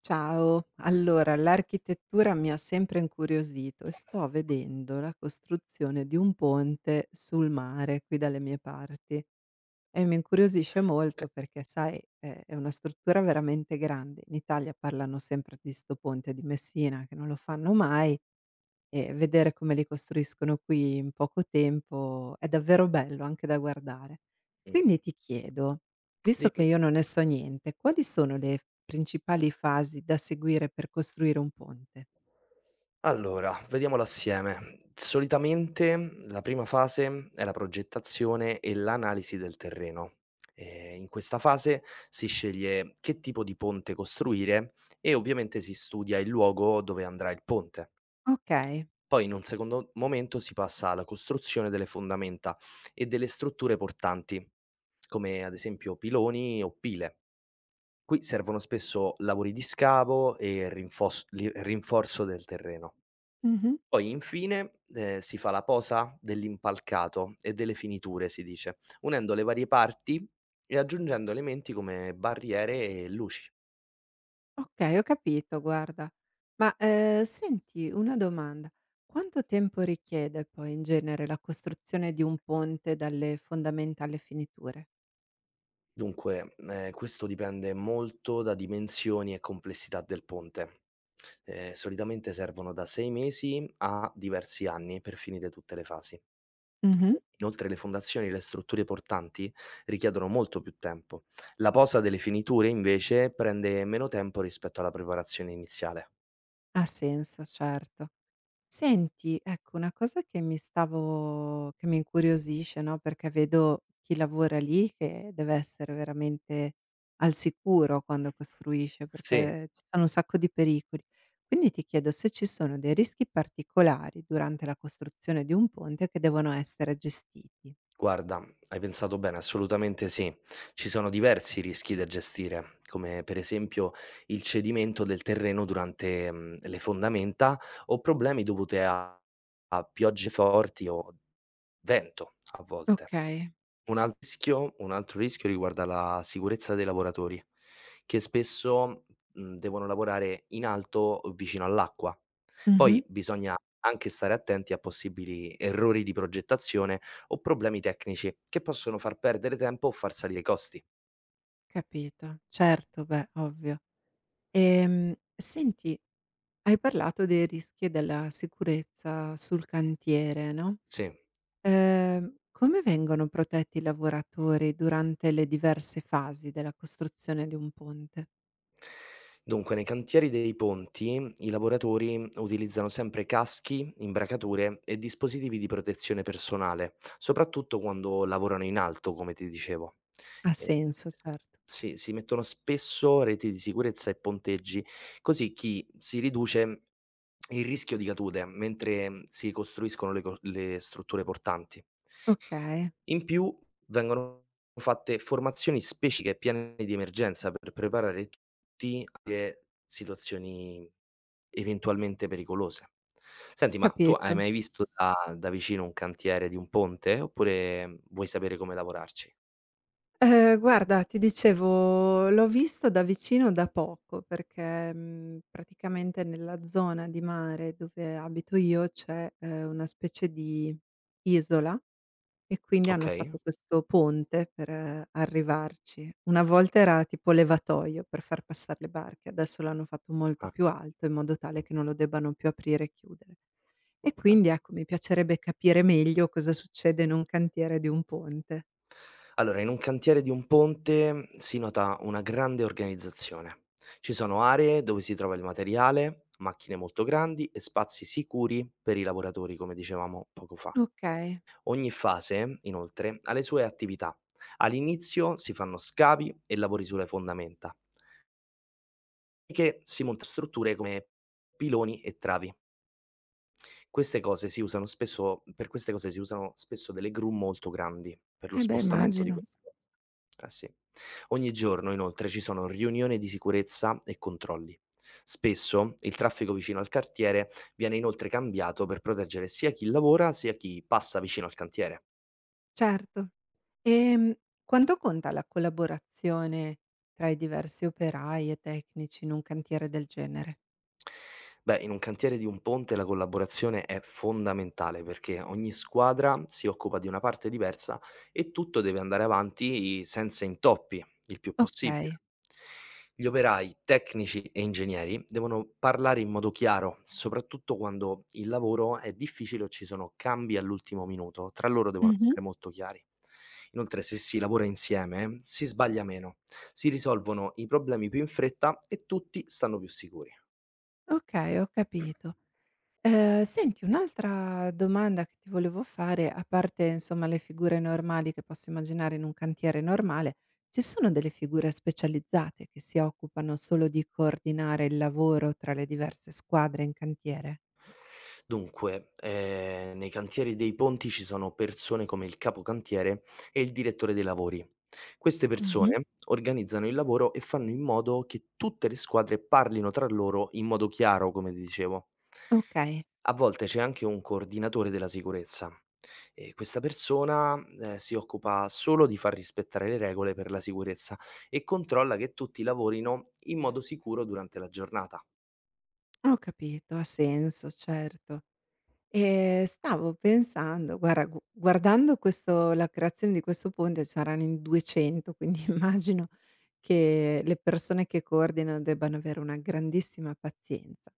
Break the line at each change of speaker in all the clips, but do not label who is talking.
Ciao, allora l'architettura mi ha sempre incuriosito e sto vedendo la costruzione di un ponte sul mare qui dalle mie parti e mi incuriosisce
Che
molto perché sai, è una struttura veramente grande. In Italia parlano sempre di sto ponte di Messina che non lo fanno mai e vedere come li costruiscono qui in poco tempo è davvero bello anche da guardare. Quindi
Mh,
ti chiedo, visto che
dimmi.
io non ne so niente, quali sono le principali fasi da seguire per costruire un ponte?
Allora, vediamolo assieme. Solitamente la prima fase è la progettazione e l'analisi del terreno. In questa fase si sceglie che tipo di ponte costruire e ovviamente si studia il luogo dove andrà il ponte.
Okay.
Poi in un secondo momento si passa alla costruzione delle fondamenta e delle strutture portanti, come ad esempio piloni o pile. Qui servono spesso lavori di scavo e rinforzo del terreno.
Mh-mh.
Poi infine, si fa la posa dell'impalcato e delle finiture si dice, unendo le varie parti e aggiungendo elementi come barriere e luci.
Okay, ho capito guarda. Ma, senti una domanda, quanto tempo richiede poi in genere la costruzione di un ponte dalle fondamenta alle finiture?
Dunque, questo dipende molto da dimensioni e complessità del ponte. Solitamente servono da 6 mesi a diversi anni per finire tutte le fasi.
Mh-mh.
Inoltre le fondazioni e le strutture portanti richiedono molto più tempo. La posa delle finiture invece prende meno tempo rispetto alla preparazione iniziale.
Ha senso, certo. Senti, ecco, una cosa che mi stavo che mi incuriosisce, no, perché vedo chi lavora lì che deve essere veramente al sicuro quando costruisce,
Sì.
perché ci sono un sacco di pericoli. Quindi ti chiedo se ci sono dei rischi particolari durante la costruzione di un ponte che devono essere gestiti.
Guarda, hai pensato bene, assolutamente sì. Ci sono diversi rischi da gestire, come per esempio il cedimento del terreno durante le fondamenta o problemi dovuti a piogge forti o vento a volte.
Okay.
Un altro rischio riguarda la sicurezza dei lavoratori, che spesso, devono lavorare in alto vicino all'acqua.
Mh-mh.
Poi bisogna anche stare attenti a possibili errori di progettazione o problemi tecnici che possono far perdere tempo o far salire i costi.
Capito. Certo, beh, ovvio. Senti, hai parlato dei rischi e della sicurezza sul cantiere, no?
Sì.
Come vengono protetti i lavoratori durante le diverse fasi della costruzione di un ponte?
Dunque, nei cantieri dei ponti i lavoratori utilizzano sempre caschi, imbracature e dispositivi di protezione personale, soprattutto quando lavorano in alto, come ti dicevo.
Ha
E-
senso, certo.
sì, si mettono spesso reti di sicurezza e ponteggi, così chi si riduce il rischio di cadute mentre si costruiscono le strutture portanti.
Okay,
In più vengono fatte formazioni specifiche e piani di emergenza per preparare tutti alle situazioni eventualmente pericolose. Senti, ma tu
capito.
hai mai visto da vicino un cantiere di un ponte, oppure vuoi sapere come lavorarci?
Guarda, ti dicevo, l'ho visto da vicino da poco perché, praticamente nella zona di mare dove abito io c'è, una specie di isola. E quindi hanno
Okay.
fatto questo ponte per arrivarci. Una volta era tipo levatoio per far passare le barche, adesso l'hanno fatto molto
Ah,
più alto in modo tale che non lo debbano più aprire e chiudere.
ma
E
pensa.
quindi ecco, mi piacerebbe capire meglio cosa succede in un cantiere di un ponte.
Allora, in un cantiere di un ponte si nota una grande organizzazione. Ci sono aree dove si trova il materiale, macchine molto grandi e spazi sicuri per i lavoratori, come dicevamo poco fa.
Okay.
Ogni fase, inoltre, ha le sue attività. All'inizio si fanno scavi e lavori sulle fondamenta, che si montano strutture come piloni e travi. Queste cose si usano spesso delle gru molto grandi, per lo
Eh beh,
spostamento di
immagino.
queste cose. Eh sì. Ogni giorno inoltre ci sono riunioni di sicurezza e controlli. Spesso il traffico vicino al cartiere viene inoltre cambiato per proteggere sia chi lavora sia chi passa vicino al cantiere.
Certo. Ehm, quanto conta la collaborazione tra i diversi operai e tecnici in un cantiere del genere?
Beh, in un cantiere di un ponte la collaborazione è fondamentale perché ogni squadra si occupa di una parte diversa e tutto deve andare avanti senza intoppi, il più
Okay.
possibile. Gli operai, tecnici e ingegneri devono parlare in modo chiaro, soprattutto quando il lavoro è difficile o ci sono cambi all'ultimo minuto. Tra loro devono
Mh-mh.
essere molto chiari. Inoltre, se si lavora insieme, si sbaglia meno, si risolvono i problemi più in fretta e tutti stanno più sicuri.
Okay, ho capito. Senti un'altra domanda che ti volevo fare, a parte insomma le figure normali che posso immaginare in un cantiere normale, ci sono delle figure specializzate che si occupano solo di coordinare il lavoro tra le diverse squadre in cantiere?
Dunque, nei cantieri dei ponti ci sono persone come il capocantiere e il direttore dei lavori. Queste
Mh-mh.
persone organizzano il lavoro e fanno in modo che tutte le squadre parlino tra loro in modo chiaro, come ti dicevo.
Okay,
A volte c'è anche un coordinatore della sicurezza. E questa persona, si occupa solo di far rispettare le regole per la sicurezza e controlla che tutti lavorino in modo sicuro durante la giornata.
ho capito, ha senso, certo. Stavo pensando guarda gu guardando questo la creazione di questo ponte c'erano in 200, quindi immagino che le persone che coordinano debbano avere una grandissima pazienza.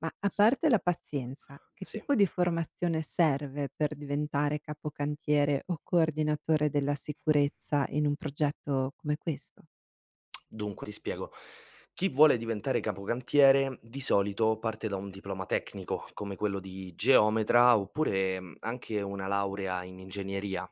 Ma a
Sì,
parte la pazienza, che
sì.
tipo di formazione serve per diventare capocantiere o coordinatore della sicurezza in un progetto come questo?
Dunque, ti spiego. Chi vuole diventare capocantiere di solito parte da un diploma tecnico, come quello di geometra oppure anche una laurea in ingegneria.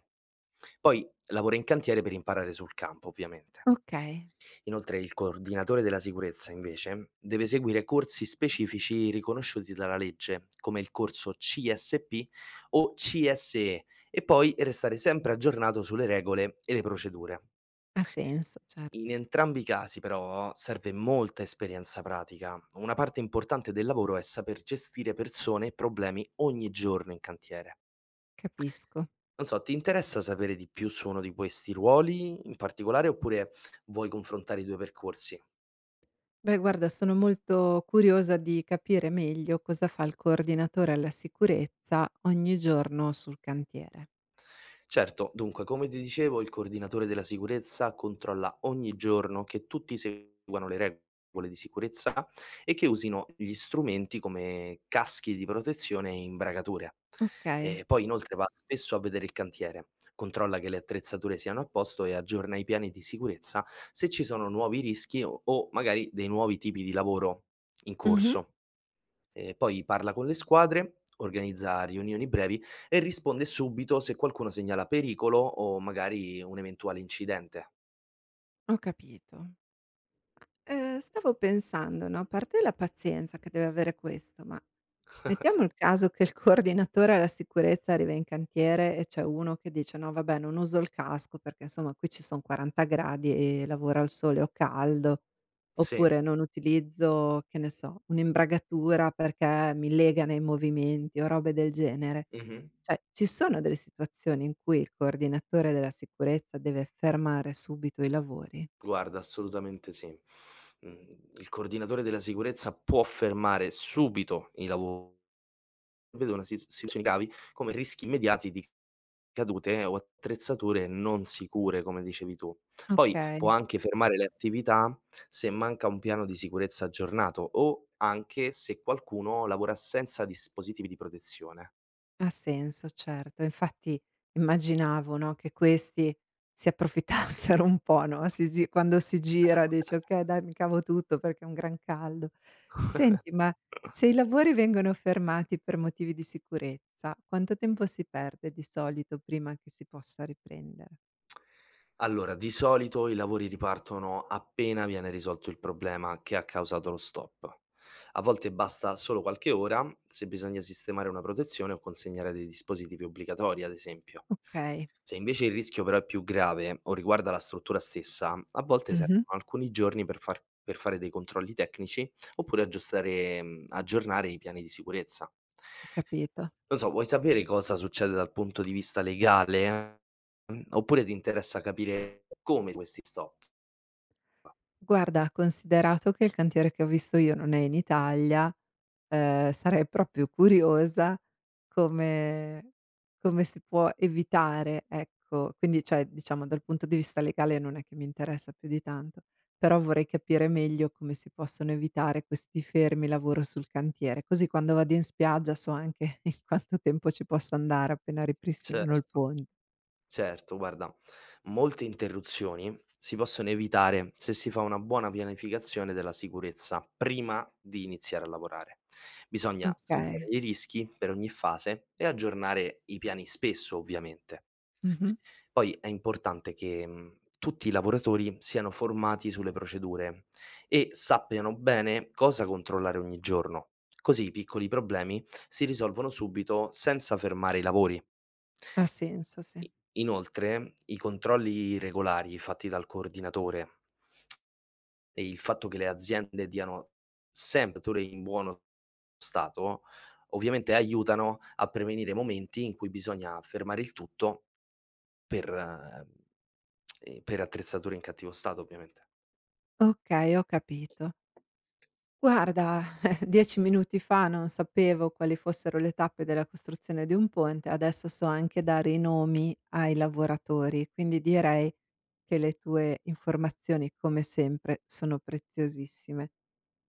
Poi lavora in cantiere per imparare sul campo, ovviamente.
Okay,
Inoltre il coordinatore della sicurezza, invece, deve seguire corsi specifici riconosciuti dalla legge, come il corso CSP o CSE, e poi restare sempre aggiornato sulle regole e le procedure.
ha senso, certo,
In entrambi i casi però serve molta esperienza pratica. Una parte importante del lavoro è saper gestire persone e problemi ogni giorno in cantiere.
capisco.
Non so, ti interessa sapere di più su uno di questi ruoli in particolare oppure vuoi confrontare i due percorsi?
Beh, guarda, sono molto curiosa di capire meglio cosa fa il coordinatore alla sicurezza ogni giorno sul cantiere.
Certo, dunque, come ti dicevo, il coordinatore della sicurezza controlla ogni giorno che tutti seguano le regole di sicurezza e che usino gli strumenti come caschi di protezione e imbragature.
Ok.
E poi inoltre va spesso a vedere il cantiere, controlla che le attrezzature siano a posto e aggiorna i piani di sicurezza se ci sono nuovi rischi o magari dei nuovi tipi di lavoro in
Mh-mh.
corso. Poi parla con le squadre, organizza riunioni brevi e risponde subito se qualcuno segnala pericolo o magari un eventuale incidente.
Ho capito. Stavo pensando, no, a parte la pazienza che deve avere questo, ma mettiamo il caso che il coordinatore alla sicurezza arriva in cantiere e c'è uno che dice: "No vabbè, non uso il casco perché insomma qui ci son 40 gradi e lavoro al sole, ho caldo."
Sì,
Oppure: "Non utilizzo", che ne so, "un'imbragatura perché mi lega nei movimenti" o robe del genere.
mh-mh.
Cioè, ci sono delle situazioni in cui il coordinatore della sicurezza deve fermare subito i lavori?
Guarda, assolutamente sì. Il coordinatore della sicurezza può fermare subito i lavori, vede una si situazioni gravi come rischi immediati di cadute o attrezzature non sicure, come dicevi tu. Poi può
Okay.
anche fermare le attività se manca un piano di sicurezza aggiornato o anche se qualcuno lavora senza dispositivi di protezione.
Ha senso, certo. Infatti immaginavo, no, che questi si approfittassero un po', no, si gi quando si gira dici: "Okay, dai, mi cavo tutto perché è un gran caldo". Senti, ma se i lavori vengono fermati per motivi di sicurezza, quanto tempo si perde di solito prima che si possa riprendere?
Allora, di solito i lavori ripartono appena viene risolto il problema che ha causato lo stop. A volte basta solo qualche ora se bisogna sistemare una protezione o consegnare dei dispositivi obbligatori, ad esempio.
Okay,
Se invece il rischio però è più grave o riguarda la struttura stessa, a volte
mh-mh,
servono alcuni giorni per fare dei controlli tecnici oppure aggiornare i piani di sicurezza.
ho capito.
Non so, vuoi sapere cosa succede dal punto di vista legale? Oppure ti interessa capire come questi stop?
Guarda, considerato che il cantiere che ho visto io non è in Italia. Sarei proprio curiosa come come si può evitare, ecco. Quindi, cioè, diciamo dal punto di vista legale non è che mi interessa più di tanto, però vorrei capire meglio come si possono evitare questi fermi lavoro sul cantiere, così quando vado in spiaggia so anche in quanto tempo ci posso andare appena ripristinano il
Certo.
pon
Certo, guarda, molte interruzioni si possono evitare se si fa una buona pianificazione della sicurezza prima di iniziare a lavorare. Bisogna studiare
okay.
i rischi per ogni fase e aggiornare i piani spesso, ovviamente.
Mh-mh.
Poi è importante che tutti i lavoratori siano formati sulle procedure e sappiano bene cosa controllare ogni giorno, così i piccoli problemi si risolvono subito senza fermare i lavori.
Ha senso, sì.
I Inoltre, i controlli regolari fatti dal coordinatore e il fatto che le aziende diano sempre tutele in buono stato, ovviamente aiutano a prevenire momenti in cui bisogna fermare il tutto per ehm, per attrezzature in cattivo stato ovviamente.
Okay, ho capito. Guarda, 10 minuti fa non sapevo quali fossero le tappe della costruzione di un ponte, adesso so anche dare i nomi ai lavoratori, quindi direi che le tue informazioni, come sempre, sono preziosissime.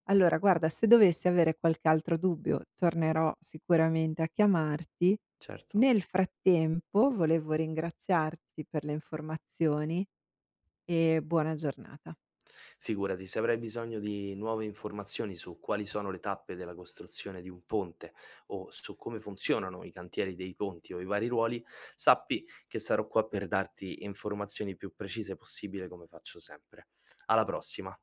Allora, guarda, se dovessi avere qualche altro dubbio, tornerò sicuramente a chiamarti.
Certo.
Nel frattempo, volevo ringraziarti per le informazioni e buona giornata.
Figurati, se avrai bisogno di nuove informazioni su quali sono le tappe della costruzione di un ponte o su come funzionano i cantieri dei ponti o i vari ruoli, sappi che sarò qua per darti informazioni più precise possibile come faccio sempre. Alla prossima!